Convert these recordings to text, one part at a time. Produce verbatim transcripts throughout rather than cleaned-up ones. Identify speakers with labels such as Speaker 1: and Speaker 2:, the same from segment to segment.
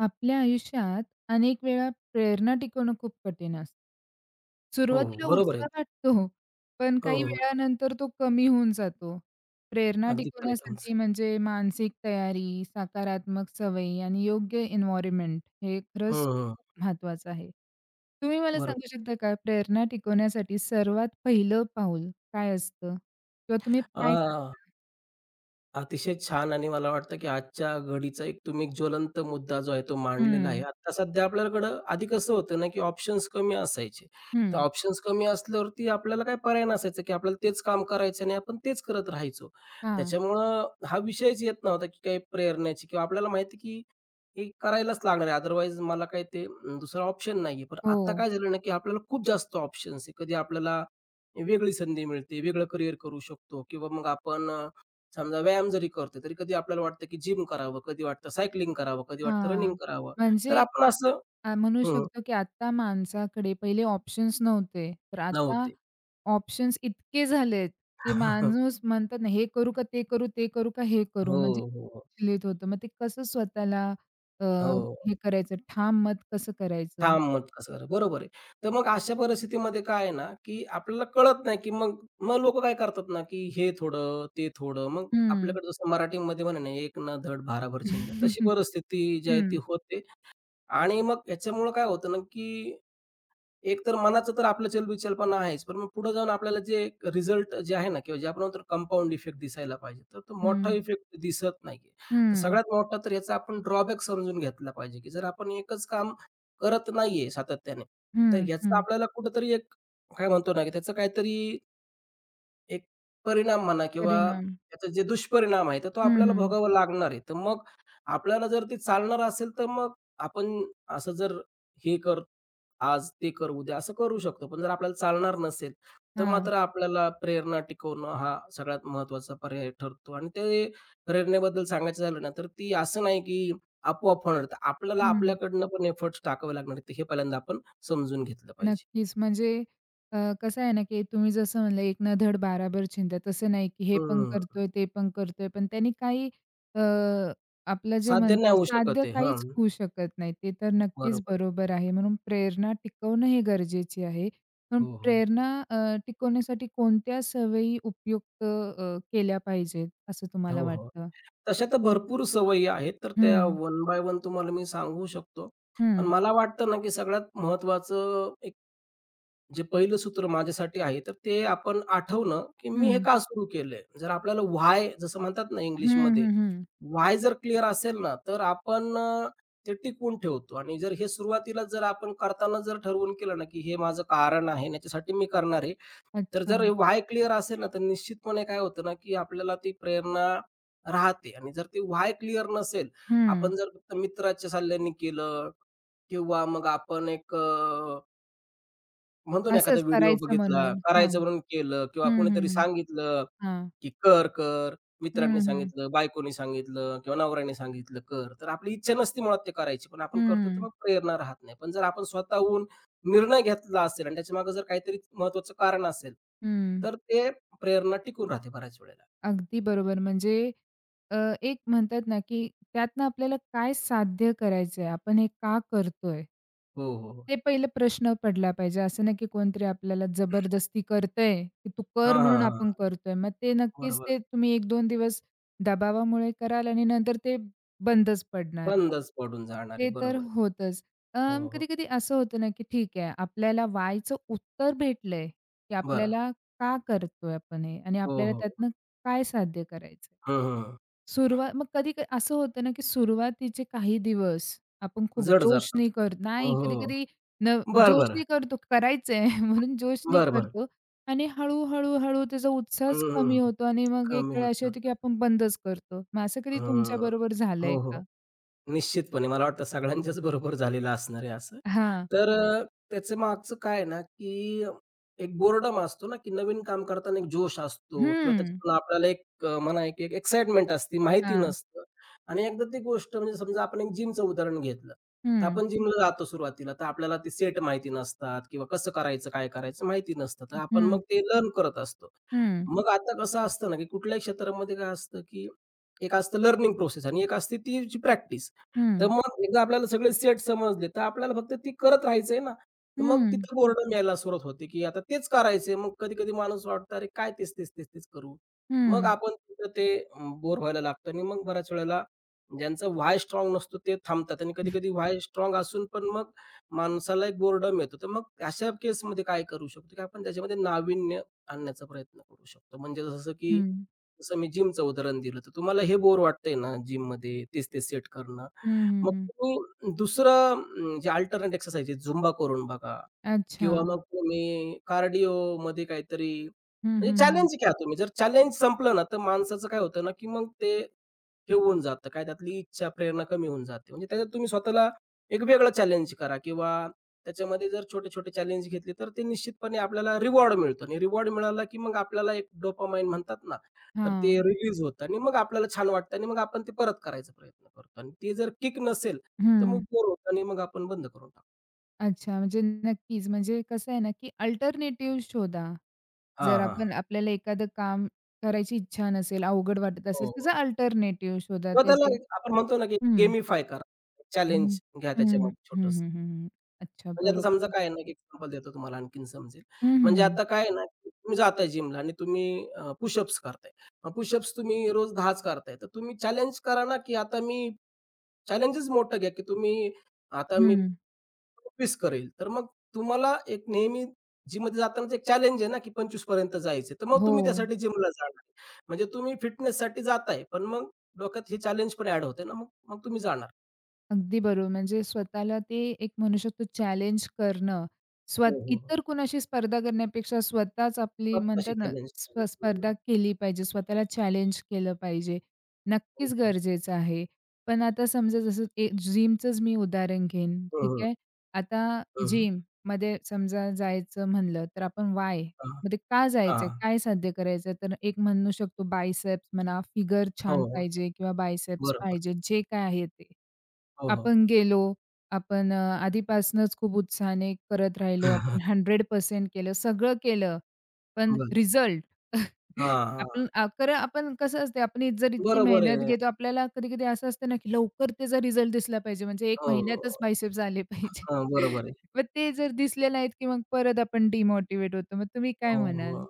Speaker 1: आपल्या आयुष्यात अनेक वेळा प्रेरणा टिकवणं खूप कठीण असतं.
Speaker 2: हो, हो.
Speaker 1: सुरुवातीला
Speaker 2: बरोबर आहे.
Speaker 1: उत्साह वाटतो, पण
Speaker 2: हो,
Speaker 1: काही
Speaker 2: हो.
Speaker 1: वेळानंतर तो कमी होऊन जातो. प्रेरणा
Speaker 2: अगदी खरं आहे तुमचं.
Speaker 1: टिकवण्यासाठी म्हणजे मानसिक तयारी, सकारात्मक सवयी आणि योग्य एन्व्हायर्नमेंट हे
Speaker 2: हं,
Speaker 1: खरंच
Speaker 2: हं.
Speaker 1: खूप महत्त्वाचं आहे. तुम्ही मला सांगू
Speaker 2: बरोबर.
Speaker 1: शकता का प्रेरणा टिकवण्यासाठी सर्वात पहिलं पाऊल काय असतं? किंवा तुम्ही काय करता?
Speaker 2: अ, अतिशय छान आणि मला वाटतं, की आजच्या घडीचा एक तुम्ही एक ज्वलंत मुद्दा जो आहे तो मांडलेला आहे.
Speaker 1: हं,
Speaker 2: आता सध्या आपल्याकडं आधी कसं होतं ना, की ऑप्शन्स कमी असायचे. तर
Speaker 1: हं.
Speaker 2: ऑप्शन्स कमी असल्यावरती आपल्याला काय पर्याय नसायचा, की आपल्याला तेच काम करायचं आणि आपण तेच करत राहायचो.
Speaker 1: हां.
Speaker 2: त्याच्यामुळं हा विषयच येत नव्हता, की काही प्रेरणेची किंवा आपल्याला माहिती की हे करायलाच लागणार आहे. अदरवाईज मला काही ते अं, दुसरा ऑप्शन नाहीये. पण
Speaker 1: हो.
Speaker 2: आता काय झालं ना, की आपल्याला खूप जास्त ऑप्शन्स आहे. कधी आपल्याला वेगळी संधी मिळते, वेगळं करिअर करू शकतो किंवा मग आपण समजा व्यायाम जरी करतोय, तरी कधी आपल्याला वाटतं, की जिम करावं, कधी वाटतं सायकलिंग करावं, कधी वाटतं
Speaker 1: हां.
Speaker 2: रनिंग करावं. तर
Speaker 1: म्हणजे
Speaker 2: आपण असं
Speaker 1: अ, म्हणू
Speaker 2: हं,
Speaker 1: शकतो, की आता माणसाकडे पहिले ऑप्शन्स नव्हते. तर आता
Speaker 2: नव्हते.
Speaker 1: ऑप्शन्स इतके झालेत, की माणूस म्हणतात ना, हे करू का ते करू, ते करू का हे करू?
Speaker 2: हो,
Speaker 1: म्हणजे
Speaker 2: हो,
Speaker 1: विचलित होतं. मग ते कसं स्वतःला अ,
Speaker 2: हो.
Speaker 1: हे करायचं, ठाम मत कसं करायचं?
Speaker 2: ठाम मत कसं करावं. बरोबर आहे. तर मग अशा परिस्थितीमध्ये काय आहे ना, की आपल्याला कळत नाही, की मग मग लोकं काय करतात ना, की हे थोडं, ते थोडं. मग
Speaker 1: हं.
Speaker 2: आपल्याकडे जसं मराठीमध्ये म्हण ना, "एक ना धड भाराभर शिंद्या." तशी परिस्थिती जी आहे ती
Speaker 1: हं,
Speaker 2: होते आणि मग याच्यामुळं काय होतं ना, की एक तर मनाचं तर आपलं चलबिचलपणा आहेच, पण मग पुढे जाऊन आपल्याला जे रिझल्ट जे आहे ना किंवा जे आपण म्हणतो कंपाउंड इफेक्ट दिसायला पाहिजे, तर तो
Speaker 1: हं,
Speaker 2: मोठा इफेक्ट दिसत नाहीये. तर
Speaker 1: हं,
Speaker 2: सगळ्यात मोठा तर याचा आपण ड्रॉबॅक समजून घेतला पाहिजे, की जर आपण एकच काम करत नाहीये सातत्याने, तर
Speaker 1: हं,
Speaker 2: याचा
Speaker 1: हं.
Speaker 2: आपल्याला कुठेतरी एक काय म्हणतो ना, की त्याचं काहीतरी एक परिणाम म्हणा किंवा
Speaker 1: परिणाम.
Speaker 2: त्याचे जे दुष्परिणाम आहे, तर तो
Speaker 1: हं,
Speaker 2: आपल्याला
Speaker 1: हं.
Speaker 2: भोगावा लागणार आहे. तर मग आपल्याला जर ते चालणार असेल, तर मग आपण असं जर हे कर आज, ते कर उद्या, असं करू शकतो. पण जर आपल्याला चालणार नसेल, तर
Speaker 1: हां.
Speaker 2: मात्र आपल्याला प्रेरणा टिकवणं हा सगळ्यात महत्त्वाचा पर्याय ठरतो. आणि ते प्रेरणेबद्दल सांगायचं झालं ना, तर ती असं नाही की आपोआप होणार. तर आपल्याला
Speaker 1: हं.
Speaker 2: आपल्याकडनं पण एफर्ट्स टाकावे लागणार आहेत. हे पहिल्यांदा आपण समजून घेतलं पाहिजे.
Speaker 1: नक्कीच. म्हणजे अ, कसं आहे ना, की तुम्ही जसं म्हणलं, "एक ना धड बाराभर चिंध्या." तसं नाही, की हे पण
Speaker 2: हं.
Speaker 1: करतोय, ते पण करतोय, पण त्यांनी काही अ, आपलं जे
Speaker 2: साध्य नाही
Speaker 1: म्हणतात
Speaker 2: होऊ
Speaker 1: साध्य
Speaker 2: शकत आहे.
Speaker 1: काहीच
Speaker 2: हां,
Speaker 1: होऊ शकत नाही. ते तर नक्कीच
Speaker 2: बरोबर आहे.
Speaker 1: बरोबर आहे. म्हणून प्रेरणा टिकवणं हे गरजेची आहे. पण
Speaker 2: हो, हो.
Speaker 1: प्रेरणा अ, टिकवण्यासाठी कोणत्या सवयी उपयुक्त अ, केल्या पाहिजेत, असं तुम्हाला
Speaker 2: हो, हो.
Speaker 1: वाटतं?
Speaker 2: तशा तर भरपूर सवयी आहेत. तर त्या
Speaker 1: हं,
Speaker 2: वन बाय वन तुम्हाला मी सांगू शकतो. पण
Speaker 1: हं,
Speaker 2: मला वाटतं ना, की सगळ्यात महत्त्वाचं एक जे पहिलं सूत्र माझ्यासाठी आहे, तर ते आपण आठवणं, की मी हे
Speaker 1: हं.
Speaker 2: का सुरू केलंय? जर आपल्याला व्हाय जसं म्हणतात ना
Speaker 1: हं,
Speaker 2: इंग्लिशमध्ये,
Speaker 1: हं, हं.
Speaker 2: व्हाय जर क्लिअर असेल ना, तर आपण अ, ते टिकवून ठेवतो आणि जर हे सुरुवातीला जर आपण करताना जर ठरवून केलं ना, की हे माझं कारण आहे आणि याच्यासाठी मी करणार आहे. तर
Speaker 1: अच्छा.
Speaker 2: जर व्हाय क्लिअर असेल ना, तर निश्चितपणे काय होतं ना, की आपल्याला ती प्रेरणा राहते आणि जर ते व्हाय क्लिअर नसेल,
Speaker 1: हं.
Speaker 2: आपण जर फक्त मित्राच्या सल्ल्याने केलं किंवा मग आपण एक म्हणतो ना एखादा
Speaker 1: असंच
Speaker 2: व्हिडिओ
Speaker 1: करायचं
Speaker 2: बघितला,
Speaker 1: म्हणून. हां.
Speaker 2: करायचं म्हणून केलं किंवा
Speaker 1: हं,
Speaker 2: कोणीतरी
Speaker 1: हं,
Speaker 2: सांगितलं,
Speaker 1: हां.
Speaker 2: की "कर, कर." मित्रांनी
Speaker 1: हं, हं.
Speaker 2: सांगितलं, बायकोनी सांगितलं किंवा नवऱ्याने सांगितलं, "कर." तर आपली इच्छा नसते मुळात ते करायची, पण आपण करतो तर
Speaker 1: हं,
Speaker 2: मग प्रेरणा राहत नाही. पण जर आपण स्वतःहून निर्णय घेतला असेल आणि त्याच्यामागे जर काहीतरी महत्त्वाचं कारण असेल,
Speaker 1: हं.
Speaker 2: तर ते प्रेरणा टिकून राहते बऱ्याच वेळेला.
Speaker 1: अगदी बरोबर. म्हणजे अ, एक म्हणतात ना, की त्यातनं आपल्याला काय साध्य करायचंय? आपण हे का करतोय?
Speaker 2: हो, हो, हो.
Speaker 1: ते पहिलं प्रश्न पडला पाहिजे. असं नाही, की कोणतरी आपल्याला जबरदस्ती करतंय, की तू कर
Speaker 2: हां,
Speaker 1: म्हणून
Speaker 2: हां,
Speaker 1: आपण
Speaker 2: हां.
Speaker 1: करतोय. मग ते नक्कीच
Speaker 2: बरोबर.
Speaker 1: ते तुम्ही एक दोन दिवस दबावामुळे कराल आणि नंतर ते बंदच पडणार.
Speaker 2: बंदच पडून जाणार आहे.
Speaker 1: ते तर
Speaker 2: बरोबर आहे.
Speaker 1: होतंच. अं,
Speaker 2: हो, हो.
Speaker 1: कधी-कधी असं होतं ना, की ठीक आहे, आपल्याला वायचं उत्तर भेटलंय, की
Speaker 2: बरं.
Speaker 1: आपल्याला का करतोय आपण हे आणि
Speaker 2: हो,
Speaker 1: आपल्याला
Speaker 2: हो.
Speaker 1: त्यातनं काय साध्य करायचं आहे.
Speaker 2: हं, हं.
Speaker 1: सुरुवात मग कधी क- असं होतं ना, की सुरुवातीचे काही दिवस आपण खूप
Speaker 2: जड
Speaker 1: जोशने
Speaker 2: जातात.
Speaker 1: कर
Speaker 2: हो,
Speaker 1: नाही,
Speaker 2: हो.
Speaker 1: कधी-कधी न
Speaker 2: बरं,
Speaker 1: जोशने
Speaker 2: बरं.
Speaker 1: करतो, करायचं म्हणून जोशने
Speaker 2: बरं, बरं.
Speaker 1: करतो आणि हळू-हळू, हळू त्याचा
Speaker 2: हं,
Speaker 1: उत्साहच कमी
Speaker 2: हं.
Speaker 1: होतो आणि मग एक
Speaker 2: कमी
Speaker 1: वेळ
Speaker 2: होत
Speaker 1: अशी होते, की
Speaker 2: जातं.
Speaker 1: आपण बंदच करतो. मग असं कधी
Speaker 2: हं.
Speaker 1: तुमच्याबरोबर झालंय
Speaker 2: हो, हो.
Speaker 1: का?
Speaker 2: निश्चितपणे. मला वाटतं सगळ्यांच्याच बरोबर झालेलं असणार आहे असं.
Speaker 1: हां.
Speaker 2: तर अ, त्याच्या मागचं काय आहे ना, की एक बोर्डम असतो ना, की नवीन काम करताना एक जोश असतो किंवा
Speaker 1: हं.
Speaker 2: त्याच्यातून आपल्याला एक अ, म्हणा एक एक एक्साइटमेंट असते, माहिती
Speaker 1: हां.
Speaker 2: नसतं. आणि एकदा ती गोष्ट म्हणजे समजा आपण एक जिमचं उदाहरण घेतलं. तर
Speaker 1: हं,
Speaker 2: आपण जिमला जातो सुरुवातीला, तर आपल्याला ते सेट माहिती नसतात किंवा कसं करायचं, काय करायचं माहिती नसतं. तर
Speaker 1: हं,
Speaker 2: आपण
Speaker 1: हं,
Speaker 2: मग ते लर्न करत असतो.
Speaker 1: हं,
Speaker 2: मग आता कसं असतं ना, की कुठल्याही क्षेत्रामध्ये काय असतं, की एक असतं लर्निंग प्रोसेस आणि एक असते ती प्रॅक्टिस.
Speaker 1: हं,
Speaker 2: तर
Speaker 1: हं.
Speaker 2: मग एकदा आपल्याला सगळे सेट समजले, तर आपल्याला फक्त ती करत राहायचंय ना. तर मग तिथं बोर्डम यायला सुरुवात होते, की आता तेच करायचंय. मग कधी-कधी माणूस वाटतं, "अरे काय तेच, तेच, तेच, तेच करू." मग
Speaker 1: हं,
Speaker 2: आपण तिथं ते बोर व्हायला लागतं आणि मग बऱ्याच वेळेला ज्यांचा व्हाय स्ट्राँग नसतो ते थांबतात आणि कधी-कधी व्हाय स्ट्राँग असून पण मग माणसाला एक बोर्डम येतो. तर मग अशा केसमध्ये काय करू शकतो, की आपण त्याच्यामध्ये नाविन्य आणण्याचा प्रयत्न करू शकतो. म्हणजे जसं की
Speaker 1: हं,
Speaker 2: जसं मी जिमचं उदाहरण दिलं, तर तुम्हाला हे बोर वाटतंय ना जिममध्ये तेच-तेच सेट करणं.
Speaker 1: हं,
Speaker 2: मग
Speaker 1: हं.
Speaker 2: तुम्ही दुसरं अं, जे अल्टरनेट एक्सरसाइज आहे झुंबा करून बघा किंवा
Speaker 1: अच्छा.
Speaker 2: मग तुम्ही कार्डिओमध्ये काहीतरी
Speaker 1: हं,
Speaker 2: म्हणजे
Speaker 1: हं, हं.
Speaker 2: चॅलेंज घ्या तुम्ही. जर चॅलेंज संपलं ना, तर माणसाचं काय होतं ना, की मग ते हे होऊन जातं, काय त्यातली इच्छा, प्रेरणा कमी होऊन जाते. म्हणजे त्याच्यात तुम्ही स्वतःला एक वेगळं चॅलेंज करा किंवा त्याच्यामध्ये जर छोटे-छोटे चॅलेंज घेतले, तर ते निश्चितपणे आपल्याला रिवॉर्ड मिळतो आणि रिवॉर्ड मिळाला, की मग आपल्याला एक डोपामाइन म्हणतात ना, तर ते
Speaker 1: हां.
Speaker 2: रिलीज होतं आणि मग आपल्याला छान वाटतं आणि मग आपण ते परत करायचा प्रयत्न करतो आणि ते जर किक नसेल, तर मग
Speaker 1: हं.
Speaker 2: बोर होतं आणि मग आपण बंद करून टाकतो.
Speaker 1: अच्छा, म्हणजे नक्कीच. म्हणजे कसं आहे ना, की अल्टरनेटिव्ह शोधा. जर
Speaker 2: हां, हां, हां.
Speaker 1: आपण आपल्याला एखादं काम करायची इच्छा नसेल, अवघड वाटत असेल,
Speaker 2: हो,
Speaker 1: त्याचा
Speaker 2: हो.
Speaker 1: अल्टरनेटिव्ह शोधा
Speaker 2: किंवा
Speaker 1: त्याची.
Speaker 2: त्याला एक आपण म्हणतो ना, की
Speaker 1: हं,
Speaker 2: गेमिफाय करा.
Speaker 1: हं,
Speaker 2: चॅलेंज घ्या
Speaker 1: हं, हं,
Speaker 2: त्याच्यामध्ये
Speaker 1: हं,
Speaker 2: छोटंसं.
Speaker 1: हं, हं. अच्छा,
Speaker 2: म्हणजे आता समजा
Speaker 1: बरोबर.
Speaker 2: काय आहे ना, की एक्झाम्पल देतो तुम्हाला आणखीन समजेल.
Speaker 1: हं, हं,
Speaker 2: म्हणजे
Speaker 1: हं.
Speaker 2: आता काय आहे ना, की तुम्ही जाताय जिमला आणि तुम्ही अ, पुशअप्स करताय. मग पुशअप्स तुम्ही रोज दहाच करताय. तर तुम्ही चॅलेंज करा ना, की आता मी चॅलेंजच मोठं घ्या, की तुम्ही आता मी
Speaker 1: हं.
Speaker 2: सव्वीस करेल. तर मग तुम्हाला एक नेहमी जिममध्ये जातानाच एक चॅलेंज आहे ना, की पंचवीस पर्यंत जायचं आहे. तर मग
Speaker 1: हो.
Speaker 2: तुम्ही त्यासाठी जिमला जाणार. म्हणजे तुम्ही फिटनेससाठी जाताय, पण मग डोक्यात हे चॅलेंज पण ॲड होते ना, मग मग तुम्ही जाणार.
Speaker 1: अगदी बरोबर. म्हणजे स्वतःला ते एक म्हणू शकतो चॅलेंज करणं. स्वत
Speaker 2: हो, हो, हो.
Speaker 1: इतर कुणाशी स्पर्धा करण्यापेक्षा स्वतःच आपली
Speaker 2: मग
Speaker 1: म्हणतात
Speaker 2: अशी
Speaker 1: ना,
Speaker 2: चॅलेंज
Speaker 1: स्प स्पर्धा केली पाहिजे. स्वतःला चॅलेंज केलं पाहिजे.
Speaker 2: हं,
Speaker 1: नक्कीच
Speaker 2: हो, हो, हो.
Speaker 1: गरजेचं आहे. पण आता समजा जसं एक जिमचंच मी उदाहरण घेईन, ठीक आहे. आता जिममध्ये समजा जायचं म्हणलं तर आपण वाय? मग का जायचंय? काय साध्य करायचंय? तर एक म्हणू शकतो बायसेप्स म्हणा, फिगर
Speaker 2: हो,
Speaker 1: छान
Speaker 2: हो.
Speaker 1: पाहिजे किंवा बायसेप्स
Speaker 2: बरोबर.
Speaker 1: पाहिजे, जे काय आहे ते.
Speaker 2: हो, हो.
Speaker 1: आपण गेलो, आपण अ, आधीपासनंच खूप उत्साहाने करत राहिलो, आपण शंभर टक्के केलं, सगळं केलं, पण
Speaker 2: बरं.
Speaker 1: रिझल्ट.
Speaker 2: हां, हां.
Speaker 1: आपण अ, खरं आपण कसं असते आपण जर इतकी
Speaker 2: बरोबर
Speaker 1: मेहनत
Speaker 2: आहे.
Speaker 1: घेतो, आपल्याला कधी-कधी असं असतं ना, की लवकर त्याचा रिझल्ट दिसला पाहिजे, म्हणजे एक
Speaker 2: हो,
Speaker 1: महिन्यातच
Speaker 2: हो.
Speaker 1: बायसेप्स आले पाहिजे.
Speaker 2: हां, बरोबर आहे.
Speaker 1: मग ते जर दिसले नाहीत, की मग परत आपण डिमोटिव्हेट होतो. मग तुम्ही काय
Speaker 2: हो,
Speaker 1: म्हणाल?
Speaker 2: हो.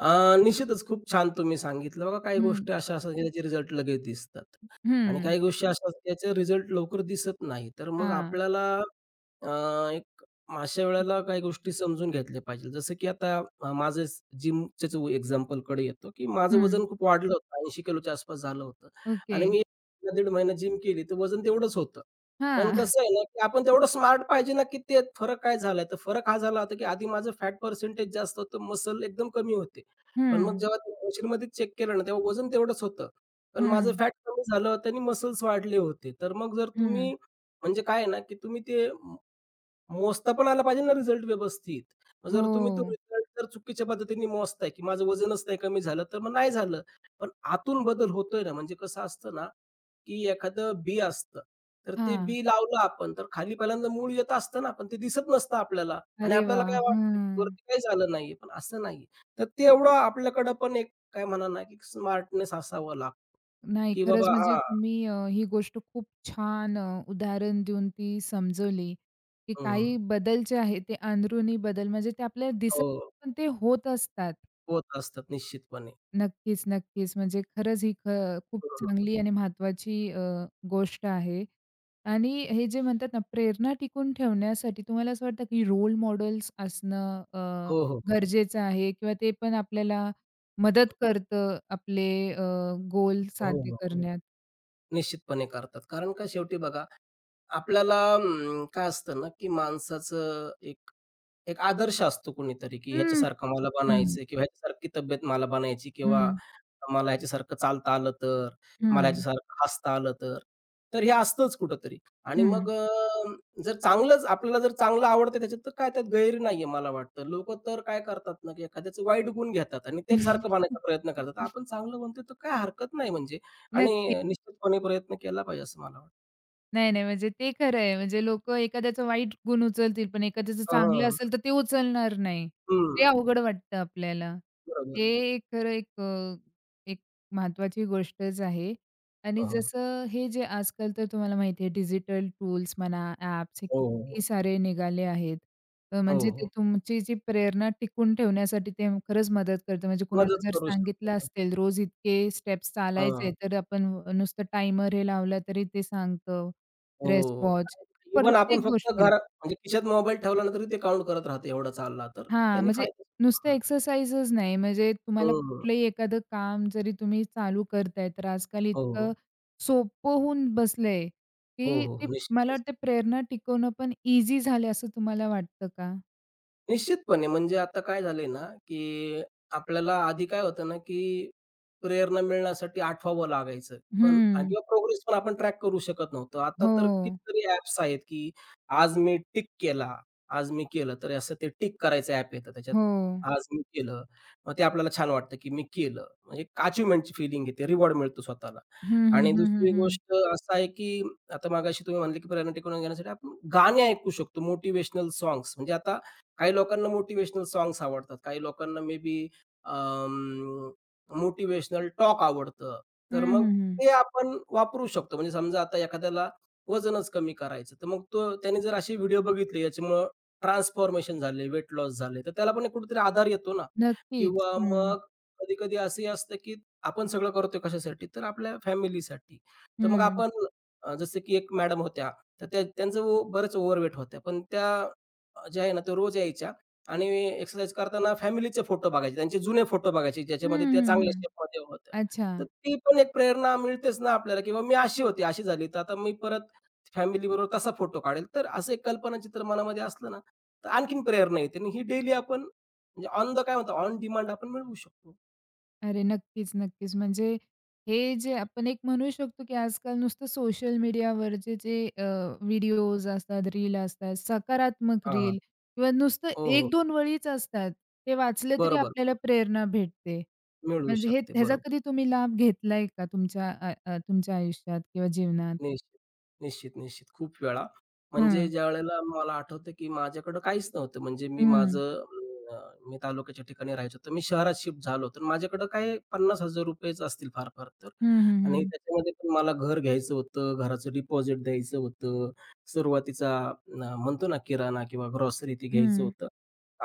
Speaker 2: अ, निश्चितच खूप छान तुम्ही सांगितलं. बघा काही
Speaker 1: हं,
Speaker 2: गोष्टी अशा असतात की त्याचे रिझल्ट लगेच दिसतात आणि
Speaker 1: हं,
Speaker 2: काही गोष्टी अशा असतात की त्याचे रिझल्ट लवकर दिसत नाही. तर मग
Speaker 1: हां,
Speaker 2: आपल्याला अ, एक अशा वेळेला काही गोष्टी समजून घेतल्या पाहिजे. जसं की आता अ, माझं जिमच्याच एक्झाम्पलकडे येतो, की माझं
Speaker 1: हं,
Speaker 2: वजन खूप वाढलं होतं. ऐंशी किलोच्या आसपास झालं होतं
Speaker 1: ओके.
Speaker 2: आणि मी दीड महिना जिम केली, तर वजन तेवढंच होतं. पण
Speaker 1: हां,
Speaker 2: कसं आहे ना, की आपण तेवढं स्मार्ट पाहिजे ना, की ते फरक काय झालाय? तर फरक हा झाला होता, की आधी माझं फॅट पर्सेंटेज जास्त होतं, मसल एकदम कमी होते. पण
Speaker 1: हं,
Speaker 2: मग जेव्हा ते मशीनमध्ये चेक केलं ना, तेव्हा वजन तेवढंच होतं. पण माझं
Speaker 1: हं,
Speaker 2: फॅट कमी झालं होतं आणि मसल्स वाढले होते. तर मग जर
Speaker 1: हं.
Speaker 2: तुम्ही म्हणजे काय आहे ना, की तुम्ही ते मोजता पण आला पाहिजे ना रिझल्ट व्यवस्थित. मग जर तुम्ही तो
Speaker 1: हो.
Speaker 2: रिझल्ट जर चुकीच्या पद्धतीने मोजताय, की माझं वजनच नाही कमी झालं, तर मग नाही झालं. पण आतून बदल होतोय ना, म्हणजे कसं असतं ना, की एखादं बी असतं, तर ते
Speaker 1: हां.
Speaker 2: बी लावलं आपण, तर खाली पहिल्यांदा मूळ येत असतं ना, पण ते दिसत नसतं आपल्याला आणि
Speaker 1: अरे
Speaker 2: आपल्याला
Speaker 1: वाह!
Speaker 2: काय वाटतं, की
Speaker 1: हं.
Speaker 2: वरती काही झालं नाहीये, पण असं नाहीये. तर ते एवढं आपल्याकडं पण एक काय म्हणा ना, की स्मार्टनेस असावा लागतो,
Speaker 1: नाही
Speaker 2: की
Speaker 1: खरंच
Speaker 2: बाबा
Speaker 1: म्हणजे
Speaker 2: हां.
Speaker 1: तुम्ही अ, ही गोष्ट खूप छान अ, उदाहरण देऊन ती समजवली, की
Speaker 2: हं,
Speaker 1: काही बदल जे आहेत ते अंदरुनी बदल म्हणजे ते आपल्याला दिसत
Speaker 2: हो.
Speaker 1: नाही, पण ते होत असतात.
Speaker 2: होत असतात निश्चितपणे.
Speaker 1: नक्कीच, नक्कीच. म्हणजे खरंच ही ख खूप
Speaker 2: हं,
Speaker 1: चांगली आणि महत्त्वाची अ, गोष्ट आहे. आणि हे जे म्हणतात ना, प्रेरणा टिकून ठेवण्यासाठी तुम्हाला असं वाटतं की रोल मॉडेल्स असणं अ,
Speaker 2: हो, हो, हो.
Speaker 1: गरजेचं आहे किंवा ते पण आपल्याला मदत करतं आपले अ, गोल
Speaker 2: हो,
Speaker 1: साध्य
Speaker 2: हो, हो.
Speaker 1: करण्यात?
Speaker 2: निश्चितपणे करतात. कारण का शेवटी बघा आपल्याला अं, काय असतं ना, की माणसाचं एक एक आदर्श असतो कुणीतरी, की
Speaker 1: हं,
Speaker 2: ह्याच्यासारखं मला
Speaker 1: हं,
Speaker 2: बनायचंय किंवा ह्याच्यासारखी तब्येत मला बनायची किंवा
Speaker 1: हं,
Speaker 2: मला ह्याच्यासारखं चालता आलं तर, मला
Speaker 1: हं,
Speaker 2: ह्याच्यासारखं हसता आलं तर. तर हे असतंच कुठेतरी आणि
Speaker 1: हं.
Speaker 2: मग अ, जर चांगलंच आपल्याला जर चांगलं आवडतं त्याच्यात तर काय त्यात गैर नाहीये मला वाटतं. लोकं तर काय करतात ना, की एखाद्याचं वाईट गुण घेतात आणि त्याच्यासारखं बनायचा प्रयत्न करतात. आपण चांगलं बनतोय तर काय हरकत नाही म्हणजे
Speaker 1: नक्की.
Speaker 2: आणि निश्चितपणे प्रयत्न केला पाहिजे असं मला वाटतं.
Speaker 1: नाही, नाही. म्हणजे ते खरं आहे. म्हणजे लोकं एखाद्याचा वाईट गुण उचलतील, पण एखाद्याचं चांगलं
Speaker 2: हां.
Speaker 1: असेल तर ते उचलणार नाही. ते
Speaker 2: हं.
Speaker 1: अवघड वाटतं आपल्याला.
Speaker 2: बरोबर
Speaker 1: हे
Speaker 2: आहे.
Speaker 1: एक खरं एक अ, एक महत्त्वाची गोष्टच आहे. आणि
Speaker 2: हां.
Speaker 1: जसं हे जे आजकाल तर तुम्हाला माहिती आहे डिजिटल टूल्स म्हणा, ॲप्स हे
Speaker 2: हो, हो,
Speaker 1: किती
Speaker 2: हो.
Speaker 1: सारे निघाले आहेत. अ,
Speaker 2: हो,
Speaker 1: म्हणजे ते
Speaker 2: हो.
Speaker 1: तुमची जी प्रेरणा टिकून ठेवण्यासाठी ते खरंच मदत करतं. म्हणजे कुणाला
Speaker 2: मदत
Speaker 1: जर
Speaker 2: करू
Speaker 1: सांगितलं
Speaker 2: शकतात.
Speaker 1: असेल रोज इतके स्टेप्स चालायचे,
Speaker 2: हां.
Speaker 1: तर आपण नुसतं टाइमर हे लावला तरी ते सांगतं. रिस्ट
Speaker 2: हो.
Speaker 1: वॉच
Speaker 2: इव्हन आपण
Speaker 1: प्रत्येक
Speaker 2: फक्त
Speaker 1: गोष्टीत.
Speaker 2: घरात म्हणजे खिशात मोबाईल ठेवला ना, तरी ते काउंट करत राहतं एवढा चालला तर.
Speaker 1: हां,
Speaker 2: त्यांनी
Speaker 1: म्हणजे
Speaker 2: फायदा
Speaker 1: नुसतं
Speaker 2: हं.
Speaker 1: एक्सरसाइजच नाही, म्हणजे तुम्हाला
Speaker 2: हं.
Speaker 1: कुठलंही एखादं काम जरी तुम्ही चालू करताय, तर आजकाल
Speaker 2: हो,
Speaker 1: इतकं
Speaker 2: हो.
Speaker 1: सोपं होऊन बसलंय,
Speaker 2: हो,
Speaker 1: की
Speaker 2: हो.
Speaker 1: ते मला
Speaker 2: निश्चितच.
Speaker 1: वाटतं प्रेरणा टिकवणं पण ईझी झालं असं तुम्हाला वाटतं का?
Speaker 2: निश्चितपणे. म्हणजे आता काय झालंय ना, की आपल्याला आधी काय होतं ना, की प्रेरणा मिळण्यासाठी आठवावं लागायचं. पण आणि
Speaker 1: हं.
Speaker 2: किंवा प्रोग्रेस पण आपण ट्रॅक करू शकत नव्हतो. आता तर
Speaker 1: हो,
Speaker 2: कितीतरी ॲप्स आहेत, की आज मी टिक केला, आज मी केलं. तर असं ते टिक करायचं ॲप येतं त्याच्यात.
Speaker 1: हो.
Speaker 2: आज मी केलं. मग ते आपल्याला छान वाटतं, की मी केलं. म्हणजे अचिव्हमेंटची फीलिंग येते, रिवॉर्ड मिळतो स्वतःला.
Speaker 1: हं, हं,
Speaker 2: आणि
Speaker 1: हं, हं,
Speaker 2: दुसरी
Speaker 1: हं.
Speaker 2: गोष्ट असं आहे, की आता मगाशी तुम्ही म्हणले, की प्रेरणा टिकवून घेण्यासाठी आपण गाणी ऐकू शकतो, मोटिव्हेशनल साँग्स. म्हणजे आता काही लोकांना मोटिव्हेशनल सॉन्ग्स आवडतात. काही लोकांना मे बी अं, टॉक आवडतं.
Speaker 1: हं,
Speaker 2: तर मग
Speaker 1: हं, हं.
Speaker 2: ते आपण वापरू शकतो. म्हणजे समजा आता एखाद्याला वजनच कमी करायचं, तर मग तो त्याने जर असे व्हिडिओ बघितले याच्यामुळं ट्रान्सफॉर्मेशन झाले, वेट लॉस झाले, तर त्याला पण एक कुठेतरी आधार येतो ना.
Speaker 1: नक्कीच.
Speaker 2: किंवा
Speaker 1: हं,
Speaker 2: मग कधी-कधी असंही असतं, की आपण सगळं करतोय कशासाठी? तर आपल्या फॅमिलीसाठी. तर मग
Speaker 1: हं.
Speaker 2: आपण अ, जसं की एक मॅडम होत्या, तर त्या त्यांचं ओ- बरंच ओव्हरवेट होत्या. पण त्या अ, जे आहे ना तो रोज यायच्या आणि एक्सरसाइज करताना फॅमिलीचे फोटो बघायचे. त्यांचे जुने फोटो बघायचे,
Speaker 1: हं,
Speaker 2: ज्याच्यामध्ये त्या
Speaker 1: हं,
Speaker 2: चांगल्या
Speaker 1: हं.
Speaker 2: शेपमध्ये होत्या.
Speaker 1: अच्छा.
Speaker 2: तर ती पण एक प्रेरणा मिळतेच ना आपल्याला किंवा मी अशी होती, अशी झाली, तर आता मी परत फॅमिलीबरोबर तसा फोटो काढेल. तर असं एक कल्पनाचित्र मनामध्ये असलं ना, तर आणखीन प्रेरणा येते आणि ही डेली आपण म्हणजे ऑन द काय म्हणतो, ऑन डिमांड आपण मिळवू शकतो.
Speaker 1: अरे नक्कीच, नक्कीच. म्हणजे हे जे आपण एक म्हणू शकतो, की आजकाल नुसतं सोशल मीडियावरचे जे अ, व्हिडिओज असतात, रील असतात, सकारात्मक
Speaker 2: हां, हां.
Speaker 1: रील किंवा नुसतं
Speaker 2: हो, हो.
Speaker 1: एक दोन वळीच असतात. ते वाचले तरी
Speaker 2: बरोबर,
Speaker 1: आपल्याला
Speaker 2: बरोबर.
Speaker 1: प्रेरणा भेटते.
Speaker 2: मिळवू
Speaker 1: म्हणजे हे
Speaker 2: शकते.
Speaker 1: ह्याचा
Speaker 2: बरोबर.
Speaker 1: कधी तुम्ही लाभ घेतलाय का तुमच्या अ, अ, तुमच्या आयुष्यात किंवा जीवनात?
Speaker 2: निश्चित, निश्चित, निश्चित. खूप वेळा. म्हणजे
Speaker 1: हं,
Speaker 2: ज्यावेळेला मला आठवतं, की माझ्याकडं काहीच नव्हतं. म्हणजे मी
Speaker 1: हं.
Speaker 2: माझं अ, मी तालुक्याच्या ठिकाणी राहायचो. तर मी शहरात शिफ्ट झालो. तर माझ्याकडं काय ₹पन्नास हजार रुपये असतील फार-फार तर.
Speaker 1: हं, हं,
Speaker 2: आणि
Speaker 1: हं.
Speaker 2: त्याच्यामध्ये पण मला घर घ्यायचं होतं, घराचं डिपॉझिट द्यायचं होतं, सुरुवातीचा अ, म्हणतो ना किराणा किंवा ग्रोसरी ते घ्यायचं
Speaker 1: हं,
Speaker 2: होतं.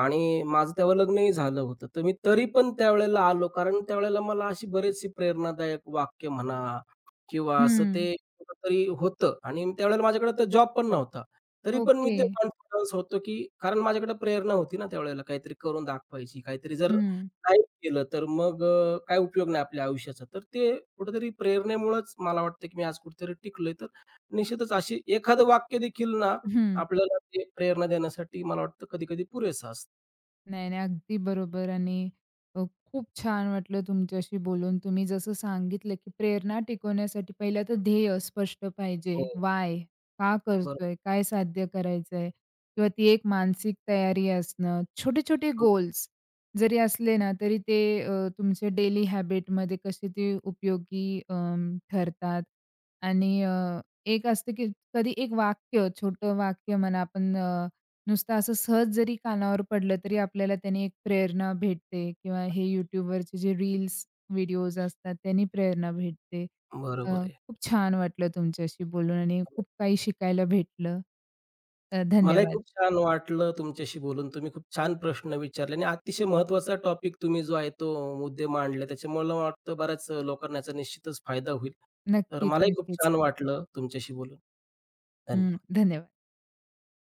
Speaker 2: आणि माझं तेव्हा लग्नही झालं होतं. तर मी तरी पण त्यावेळेला आलो कारण त्यावेळेला मला अशी बरीचशी प्रेरणादायक वाक्य म्हणा किंवा असं
Speaker 1: हं.
Speaker 2: ते कुठेतरी होतं आणि त्यावेळेला माझ्याकडे तर जॉब पण नव्हता. तरी पण मी
Speaker 1: ओके.
Speaker 2: ते कॉन्फिडन्स होतो, की कारण माझ्याकडे प्रेरणा होती ना त्यावेळेला काहीतरी करून दाखवायची. काहीतरी जर
Speaker 1: हं,
Speaker 2: नाही केलं तर मग अ, काय उपयोग नाही आपल्या आयुष्याचा. तर ते कुठेतरी प्रेरणेमुळेच मला वाटतं, की मी आज कुठेतरी टिकलोय. तर निश्चितच अशी एखादं वाक्य देखील ना
Speaker 1: हं.
Speaker 2: आपल्याला ते प्रेरणा देण्यासाठी मला वाटतं कधी-कधी पुरेसं असतं.
Speaker 1: नाही, नाही. अगदी बरोबर आणि अ, खूप छान वाटलं तुमच्याशी बोलून. तुम्ही जसं सांगितलं, की प्रेरणा टिकवण्यासाठी पहिलं तर ध्येय स्पष्ट पाहिजे.
Speaker 2: हो.
Speaker 1: "व्हाय" का
Speaker 2: बरोबर.
Speaker 1: करतोय? काय साध्य करायचंय? किंवा ती एक मानसिक तयारी असणं. छोटे-छोटे गोल्स जरी असले ना, तरी ते अ, तुमच्या डेली हॅबिटमध्ये कसे ते उपयोगी अं, ठरतात. आणि अ, एक असतं, की कधी एक वाक्य, छोटं वाक्य म्हणा आपण नुसतं असं सहज जरी कानावर पडलं तरी आपल्याला त्याने एक प्रेरणा भेटते किंवा हे YouTubeवरचे जे रील्स, व्हिडिओज असतात त्यांनी प्रेरणा भेटते. अ,
Speaker 2: बरोबर आहे.
Speaker 1: खूप छान वाटलं तुमच्याशी बोलून आणि खूप काही शिकायला भेटलं. अ,
Speaker 2: मलाही
Speaker 1: धन्यवाद.
Speaker 2: खूप छान वाटलं तुमच्याशी बोलून. तुम्ही खूप छान प्रश्न विचारले आणि अतिशय महत्त्वाचा टॉपिक तुम्ही जो आहे तो मुद्दे मांडले. त्याच्यामुळे मला वाटतं बऱ्याच लोकांना याचा निश्चितच फायदा होईल. तर
Speaker 1: नक्कीच,
Speaker 2: मलाही खूप
Speaker 1: नक्कीच.
Speaker 2: छान वाटलं तुमच्याशी बोलून.
Speaker 1: हं,
Speaker 2: धन्यवाद.
Speaker 1: धन्यवाद.